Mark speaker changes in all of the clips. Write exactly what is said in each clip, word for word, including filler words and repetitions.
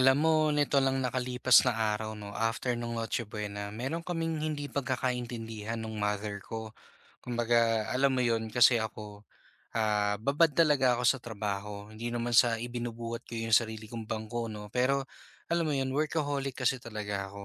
Speaker 1: Alam mo, nito lang nakalipas na araw, no, after nung Noche Buena, meron kaming hindi pagkakaintindihan nung mother ko. Kumbaga, alam mo yon kasi ako, Ah, babad talaga ako sa trabaho. Hindi naman sa ibinubuhat ko yung sarili kong bangko 'no, pero alam mo yun workaholic kasi talaga ako.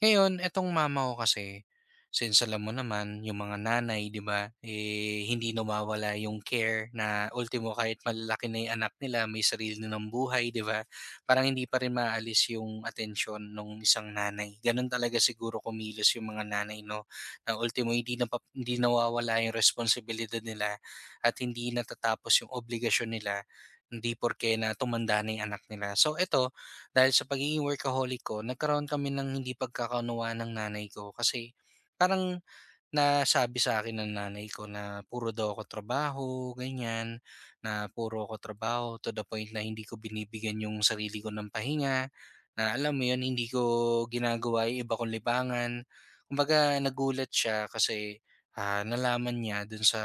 Speaker 1: Ngayon etong mama ko kasi, since alam mo naman yung mga nanay 'di ba, eh, hindi nawawala yung care na ultimo kahit malalaki na yung anak nila may sarili na ng buhay 'di ba, parang hindi pa rin maaalis yung atensyon ng isang nanay. Ganun talaga siguro kumilos yung mga nanay 'no, na ultimo hindi napa hindi nawawala yung responsibilidad nila at hindi natatapos yung obligasyon nila, hindi porke na tumanda na yung anak nila. So eto, dahil sa pagiging workaholic ko, nagkaroon kami ng hindi pagkakaunawaan ng nanay ko kasi parang nasabi sa'kin ng nanay ko na puro daw ako trabaho, ganiyan, na puro ako trabaho to the point na hindi ko binibigyan yung sarili ko ng pahinga, na alam mo yun, hindi ko ginagawa yung iba kong libangan. Kumbaga nagulat siya kasi, ah, nalaman niya dun sa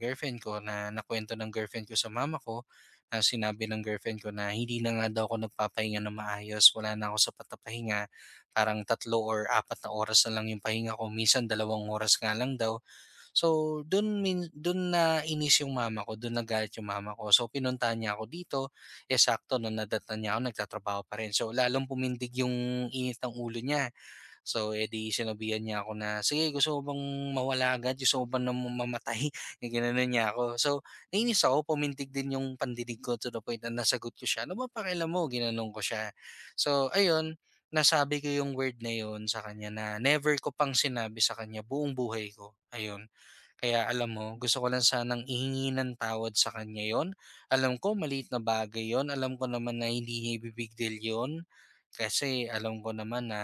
Speaker 1: girlfriend ko na nakuwento ng girlfriend ko sa mama ko, na sinabi ng girlfriend ko na hindi na nga daw ako nagpapahinga ng maayos, wala na ako sapat na pahinga. Parang tatlo or apat na oras na lang yung pahinga ko, minsan dalawang oras nga lang daw. So, dun min dun na inis yung mama ko, dun nagalit yung mama ko. So, pinuntahan niya ako dito, eh, sakto nung nadatnan niya ako nagtatrabaho pa rin. So, lalong pumindig yung init ng ulo niya. So, edi di sinabihan niya ako na, "Sige, gusto mo bang mawala agad, gusto mo ba na mamatay?" Yung ginanon niya ako. So, nainis ako, pumintig din yung pandinig ko to the point na nasagot ko siya, "Ano ba pakialam mo?" ginanong ko siya. So, ayun, nasabi ko yung word na yun sa kanya na never ko pang sinabi sa kanya buong buhay ko, ayun. Kaya alam mo, gusto ko lang sanang ihingi ng tawad sa kanya yon. Alam ko maliit na bagay yon. Alam ko naman na hindi niya ibibig deal yon. Kasi alam ko naman na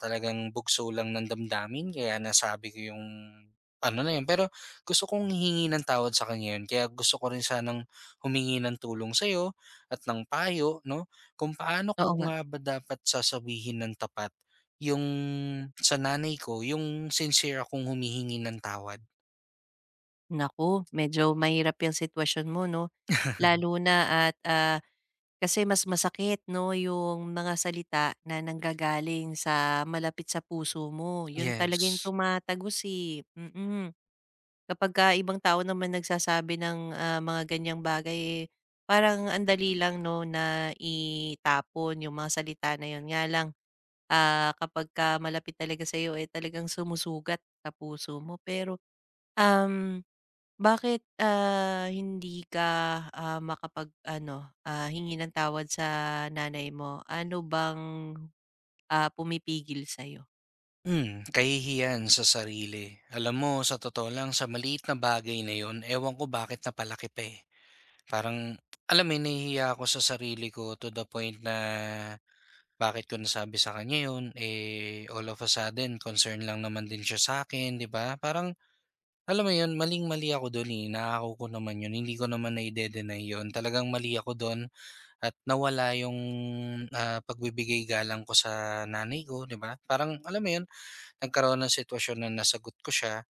Speaker 1: talagang bugso lang ng damdamin. Kaya nasabi ko yung ano na yun. Pero gusto kong hingi ng tawad sa kanya yun. Kaya gusto ko rin sanang humingi ng tulong sa'yo at ng payo, no? Kung paano
Speaker 2: Oo
Speaker 1: ko
Speaker 2: nga.
Speaker 1: nga ba dapat sasabihin ng tapat yung sa nanay ko, yung sincere akong humihingi ng tawad.
Speaker 2: Naku, medyo mahirap yung sitwasyon mo 'no, lalo na at, ah, kasi mas masakit 'no, yung mga salita na nanggagaling sa malapit sa puso mo, yun talagang yung
Speaker 1: Yes.
Speaker 2: tumatagos, eh, mm. Kapagka ibang tao naman nagsasabi ng, ah, mga ganiyang bagay, eh, parang ang dali lang 'no, na itapon yung mga salita na yun. Nga lang, ah, kapagka malapit talaga sa iyo eh, talagang sumusugat sa puso mo. Pero, um Bakit, ah, hindi ka, ah, makapag-ano, ah, hingi ng tawad sa nanay mo? Ano bang, ah, pumipigil sa iyo?
Speaker 1: Hmm, kahihiyan sa sarili. Alam mo, sa totoo lang, sa maliit na bagay na yon, ewan ko bakit napalaki pa eh. Parang, alam mo, yun, nahihiya ako sa sarili ko to the point na bakit ko nasabi sa kanya yun, eh, all of a sudden, concern lang naman din siya sa akin, di ba? Parang, alam mo yun, maling-mali ako doon eh. Nakako ko naman yun. Hindi ko naman na-deny yun. Talagang mali ako doon at nawala yung ah, pagbibigay galang ko sa nanay ko, di ba? Parang, alam mo yun, nagkaroon ng sitwasyon na nasagot ko siya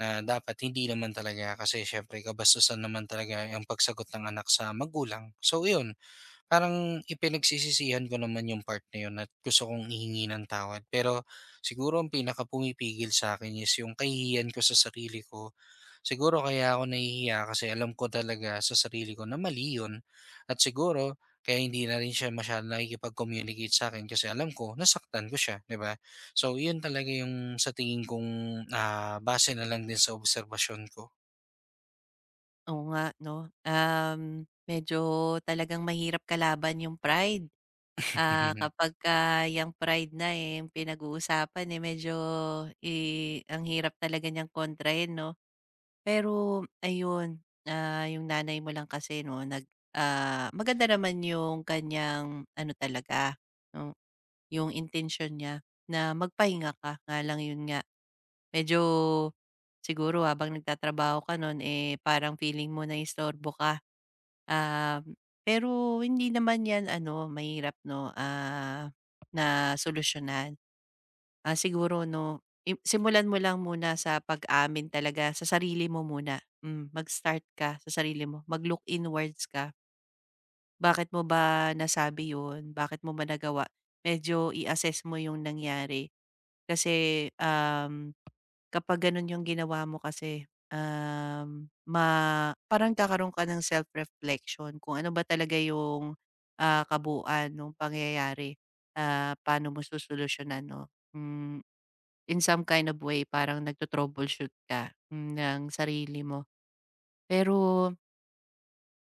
Speaker 1: na dapat hindi naman talaga kasi siyempre kabastusan naman talaga ang pagsagot ng anak sa magulang. So, yun, parang ipinagsisisihan ko naman yung part na yun at gusto kong ihingi ng tawad. Pero siguro ang pinakapumipigil sa'kin is yung kahihiyan ko sa sarili ko. Siguro kaya ako nahihiya kasi alam ko talaga sa sarili ko na mali yun at siguro kaya hindi na rin siya masyadong nakikipag-communicate sa akin kasi alam ko nasaktan ko siya, 'di ba? So yun talaga yung sa tingin kong, ah, base na lang din sa obserbasyon ko.
Speaker 2: Oo nga 'no, um, medyo talagang mahirap kalaban yung pride. Ah, kapag ka yung pride na, eh, yung pinag-uusapan, eh, medyo, eh, ang hirap talaga niyang kontrahin 'no? Pero ayun, ah, yung nanay mo lang kasi 'no nag ah, maganda naman yung kanyang ano talaga 'no, yung intention niya na magpahinga ka, nga lang yun nga medyo siguro habang nagtatrabaho ka nun, eh, parang feeling mo naistorbo ka. Um, pero hindi naman yan ano mahirap 'no, ah, na solusyonan. Ah, siguro 'no, im simulan mo lang muna sa pag-amin talaga sa sarili mo muna. Hmm, mag-start ka sa sarili mo, mag-look inwards ka. Bakit mo ba nasabi 'yun? Bakit mo ba nagawa? Medyo i-assess mo 'yung nangyari kasi, um, kapag gano'n 'yung ginawa mo kasi, um, ma parang kakaroon ka ng self-reflection kung ano ba talaga 'yung, ah, kabuuan ng pangyayari, ah, paano mo susolusyunan 'no. Hmm. In some kind of way parang nagto-troubleshoot ka mm, ng sarili mo. Pero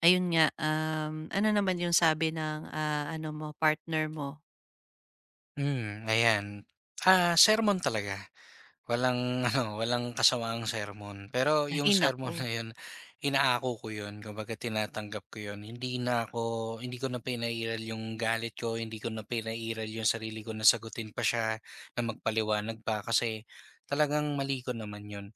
Speaker 2: ayun nga, um, ano naman yung sabi ng, ah, ano mo, partner mo?
Speaker 1: Mhm. Hmm, ayan. Ah, sermon talaga. Walang ano, walang kasamaang sermon. Pero yung
Speaker 2: Ay naku,
Speaker 1: sermon na yun, inaako ko yun, kumbaga tinatanggap ko yun. Hindi na ako hindi ko na pinairal yung galit ko, hindi ko na pinairal yung sarili ko na sagutin pa siya, na magpaliwanag pa kasi talagang mali ko naman yun.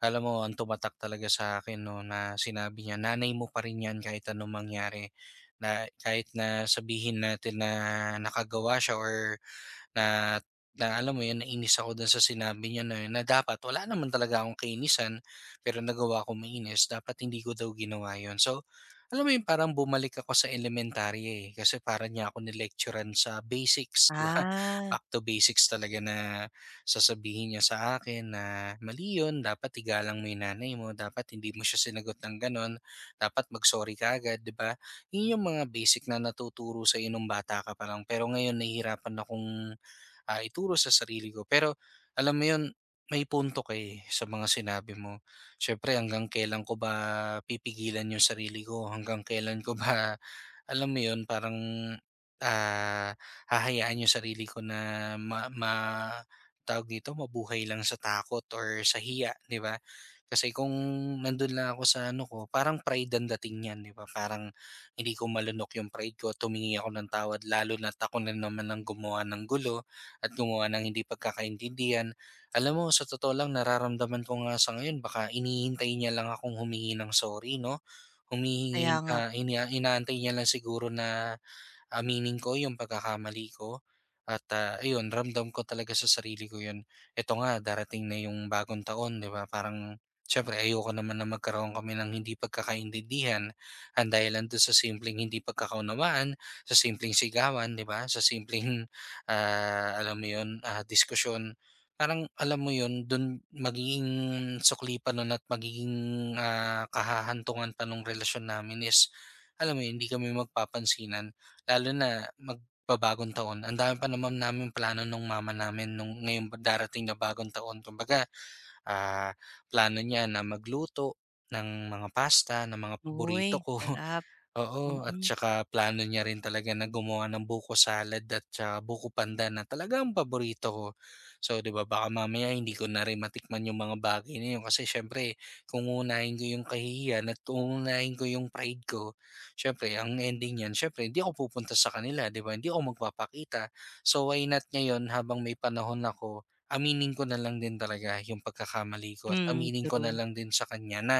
Speaker 1: Alam mo, ang tumatak talaga sa akin no, na sinabi niya, nanay mo pa rin yan kahit anong mangyari. Na, kahit na sabihin natin na nakagawa siya or na na alam mo yun, nainis ako dun sa sinabi niya na yun na dapat wala naman talaga akong kainisan, pero nagawa akong mainis, dapat hindi ko daw ginawa yun. So, alam mo yun, parang bumalik ako sa elementary eh, kasi parang niya ako nilecturean sa basics, di ba?
Speaker 2: ah.
Speaker 1: Back to basics talaga na sasabihin niya sa akin na mali yun, dapat igalang mo yung nanay mo, dapat hindi mo siya sinagot ng ganon, dapat mag-sorry ka agad, di ba? Yun yung mga basic na natuturo sa inong bata ka pa lang, pero ngayon nahihirapan akong ah, ituro sa sarili ko. Pero alam mo 'yun, may punto kay sa mga sinabi mo. Siyempre hanggang kailan ko ba pipigilan yung sarili ko, hanggang kailan ko ba alam mo 'yun, parang, ah, hahayaan yung sarili ko na ma ma tawag dito, mabuhay lang sa takot or sa hiya, 'di ba? Kasi kung nandun lang ako sa ano ko, parang pride ang dating niyan, 'di ba? Parang hindi ko malunok yung pride ko, tumingi ako ng tawad lalo na ako na naman ang gumawa ng gulo at gumawa ng hindi pagkakaintindihan. Alam mo, sa totoo lang nararamdaman ko nga sa ngayon baka hinihintay niya lang akong humingi ng sorry, 'no?
Speaker 2: Kaya
Speaker 1: Humihingi,
Speaker 2: nga.
Speaker 1: ah, ina inaantay niya lang siguro na, aminin ko yung pagkakamali ko at, ah, ayun ramdam ko talaga sa sarili ko yun. Eto nga darating na yung bagong taon 'di ba, parang siyempre ayoko naman na magkaroon kami ng hindi pagkakaintindihan, ang dahilan dun sa simpleng hindi pagkakaunawaan, sa simpleng sigawan 'di ba, sa simpleng, ah, alam mo yun, ah, diskusyon. Parang alam mo yun, dun magiging sukli pa nun at magiging, ah, kahahantungan pa nung relasyon namin is alam mo yun, hindi kami magpapansinan. Lalo na magbabagong taon, ang dami pa naman namin plano nung mama namin nung ngayong ba- darating na bagong taon. Kumbaga, ah, plano niya na magluto ng mga pasta, ng mga paborito
Speaker 2: Uy,
Speaker 1: ko.
Speaker 2: sarap.
Speaker 1: Oo, at
Speaker 2: Mm.
Speaker 1: tsaka plano niya rin talaga na gumawa ng buko salad at tsaka buko pandan na talagang paborito ko. So, 'di ba, baka mamaya hindi ko na rin matikman yung mga bagay na yun kasi syempre kung uunahin ko yung kahihiyan at uunahin ko yung pride ko, syempre ang ending niyan, syempre hindi ako pupunta sa kanila, 'di ba? Hindi ako magpapakita. So, why not ngayon habang may panahon ako, aminin ko na lang din talaga yung pagkakamali ko at
Speaker 2: mm
Speaker 1: aminin ko na
Speaker 2: True.
Speaker 1: lang din sa kanya na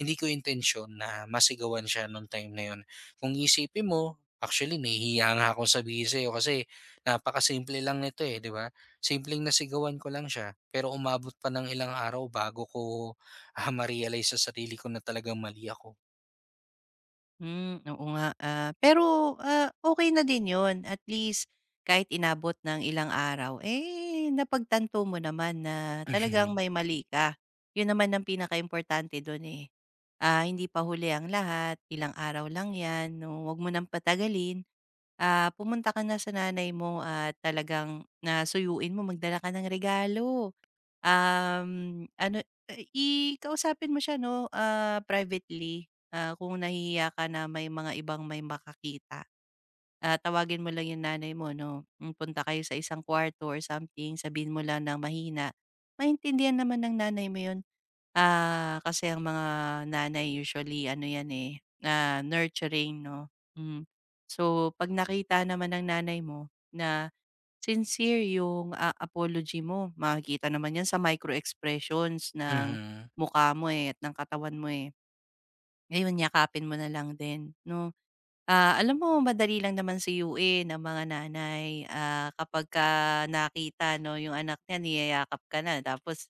Speaker 1: hindi ko intention na masigawan siya nung time na yun. Kung iisipin mo, actually nahihiya nga akong sabihin sa'yo kasi napakasimple lang nito, eh, 'di ba? Simpleng nasigawan ko lang siya, pero umabot pa ng ilang araw bago ko, ah, ma-realize sa sarili ko na talagang mali ako.
Speaker 2: Hmm, oo nga, ah, pero, ah, okey na din yon at least kahit inabot ng ilang araw, eh, napagtanto mo naman na talagang
Speaker 1: Mhm.
Speaker 2: may mali ka. 'Yun naman ang pinakaimportante do'n, eh. Ah, hindi pa huli ang lahat, ilang araw lang 'yan, 'no, huwag mo nang patagalin. Ah, pumunta ka na sa nanay mo at talagang na suyuin mo, magdala ka ng regalo. Um, ano, i kausapin mo siya 'no, ah, privately, ah, kung nahihiya ka na may mga ibang may makakita. Ah, tawagin mo lang yung nanay mo 'no, hmm, punta kayo sa isang kwarto or something, sabihin mo lang ng mahina. Maintindihan naman ng nanay mo yun, ah, kasi ang mga nanay usually ano yan, eh, ah, nurturing 'no, hmm. So, 'pag nakita naman ng nanay mo na sincere yung, ah, apology mo. Makikita naman 'yan sa micro expressions ng
Speaker 1: Mhm.
Speaker 2: mukha mo, eh, at ng katawan mo, eh. Ngayon yakapin mo na lang din 'no. Ah, alam mo madali lang naman sa suyuin ang mga nanay, ah, kapagka nakita 'no yung anak niya niyayakap ka na tapos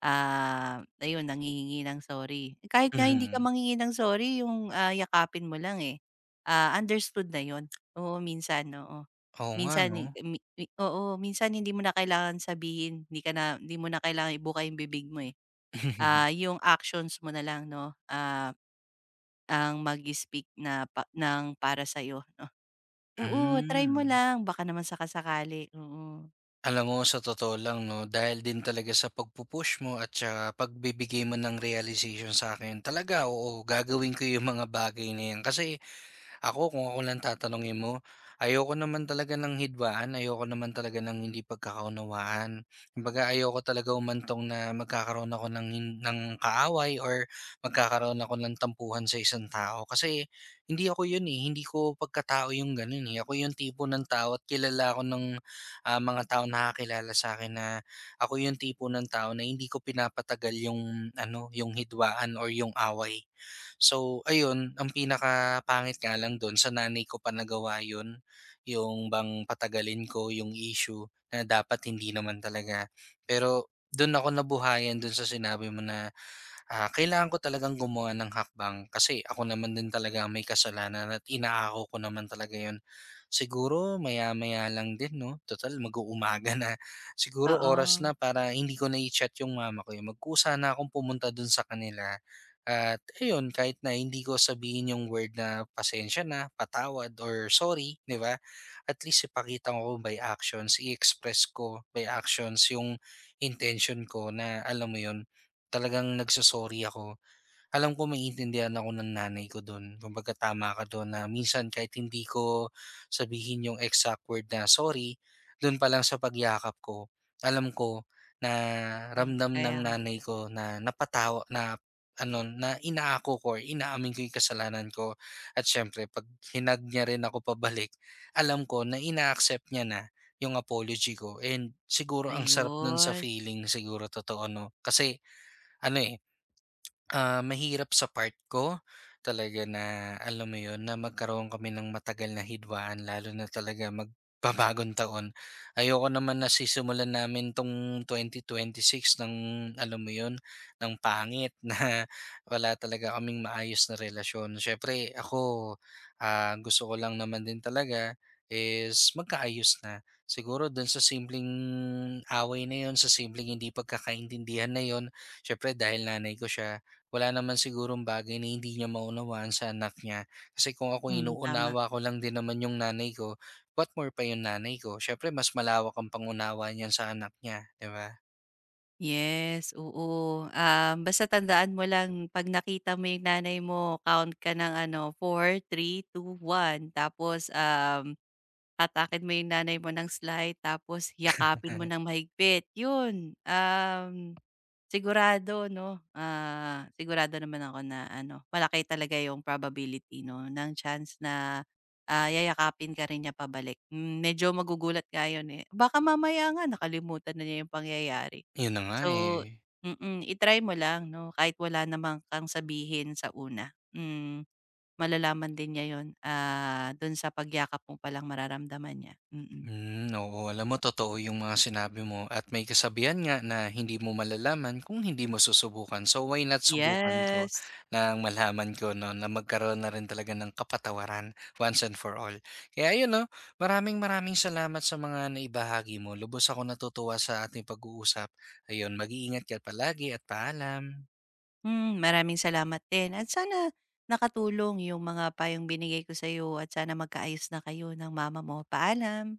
Speaker 2: Ah, ayun nanghihingi ng sorry. Kahit nga hindi ka
Speaker 1: Mhm.
Speaker 2: manghingi ng sorry yung, ah, yakapin mo lang, eh, ah, understood na yun. Oo, minsan, oo.
Speaker 1: Oo nga
Speaker 2: Minsan,
Speaker 1: 'no?
Speaker 2: eh, mi mi oo, minsan hindi mo na kailangan sabihin, hindi ka na hindi mo na kailangan ibuka yung bibig mo, eh.
Speaker 1: Mhm.
Speaker 2: Ah, yung actions mo na lang 'no, ah, ang mag-speak na pa ng para sa'yo 'no. Oo, try mo
Speaker 1: Hmm.
Speaker 2: lang baka naman saka oo.
Speaker 1: Alam mo, sa totoo lang, no, dahil din talaga sa pagpupush mo at sa pagbibigay mo ng realization sa akin, talaga, oo, gagawin ko yung mga bagay na yan. Kasi ako kung ako lang tatanungin mo, ayoko naman talaga ng hidwaan, ayoko naman talaga ng hindi pagkakaunawaan. Kumbaga ayoko talaga umantong na magkakaroon ako ng hin- ng kaaway or magkakaroon ako ng tampuhan sa isang tao kasi hindi ako 'yun eh, hindi ko pagkatao 'yung gano'n eh. Ako 'yung tipo ng tao at kilala ako ng ah, mga tao nakakilala sa akin na ako 'yung tipo ng tao na hindi ko pinapatagal 'yung ano, 'yung hidwaan or 'yung away. So ayun, ang pinaka pangit nga lang dun sa nanay ko pa nagawa yun, yung bang patagalin ko yung issue na dapat hindi naman talaga. Pero dun ako nabuhayan dun sa sinabi mo na ah, kailangan ko talagang gumawa ng hakbang kasi ako naman din talaga ang may kasalanan at inaako ko naman talaga yon. Siguro maya-maya lang din, no? Total, mag-uumaga na. Siguro oras
Speaker 2: Oo,
Speaker 1: na para hindi ko na-chat i yung mama ko. Eh, magkusa na akong pumunta dun sa kanila. At ayun, kahit na hindi ko sabihin yung word na pasensya na, patawad, or sorry, di ba? At least ipakita ko by actions, i-express ko by actions yung intention ko na alam mo yun, talagang nagso ako. Alam ko maiintindihan ako ng nanay ko dun. Kumbaga tama ka dun na minsan kahit hindi ko sabihin yung exact word na sorry, dun pa lang sa pagyakap ko, alam ko na
Speaker 2: hmm,
Speaker 1: ramdam ng
Speaker 2: kaya nga.
Speaker 1: nanay ko na napatawa na ano, na inaako ko or inaamin ko yung kasalanan ko. At siyempre 'pag hinag niya rin ako pabalik, alam ko na ina-accept niya na yung apology ko and siguro ang sarap nun sa
Speaker 2: Ayun,
Speaker 1: feeling siguro totoo 'no. Kasi ano, eh, Ah, mahirap sa part ko talaga na alam mo 'yun, na magkaroon kami ng matagal na hidwaan lalo na talaga magbabagong taon. Ayoko naman na sisimulan namin 'tong twenty twenty-six ng alam mo 'yun, ng pangit na wala talaga kaming maayos na relasyon. Siyempre ako, ah, gusto ko lang naman din talaga is magkaayos na. Siguro do'n sa simpleng away na yon sa simpleng hindi pagkakaintindihan na yon siyempre dahil nanay ko siya wala naman sigurong bagay na hindi niya maunawaan sa anak niya. Kasi kung ako
Speaker 2: hmm, tama.
Speaker 1: inuunawa ko lang din naman yung nanay ko, what more pa yung nanay ko? Siyempre, mas malawak ang pangunawa niyan sa anak niya, di ba?
Speaker 2: Yes, oo. Um, basta tandaan mo lang 'pag nakita mo yung nanay mo count ka ng ano, four, three, two, one. Tapos, um, hatakin mo yung nanay mo ng slide tapos yakapin mo ng mahigpit, yun. Um Sigurado 'no, ah, sigurado naman ako na ano, malaki talaga yung probability 'no, ng chance na, ah, yayakapin ka rin niya pabalik. Hmm, medyo magugulat nga yun, eh. Baka mamaya nga nakalimutan na niya yung pangyayari.
Speaker 1: Yun na nga eh.
Speaker 2: So mm, i mo lang 'no, kahit wala naman kang sabihin sa una. Hmm, malalaman din niya yun, ah, dun sa pagyakap mo palang mararamdaman niya, mm.
Speaker 1: Hmm, oo. Alam mo, totoo yung mga sinabi mo. At may kasabihan nga na hindi mo malalaman kung hindi mo susubukan. So, why not subukan ko
Speaker 2: Yes.
Speaker 1: nang malaman ko no, na magkaroon na rin talaga ng kapatawaran once and for all. Kaya ayun, no, maraming maraming salamat sa mga naibahagi mo. Lubos ako natutuwa sa ating pag-uusap. Ayun, mag-iingat ka palagi at paalam.
Speaker 2: Hmm, maraming salamat din at sana nakatulong yung mga payong binigay ko sa sa'yo at sana magkaayos na kayo ng mama mo. Paalam.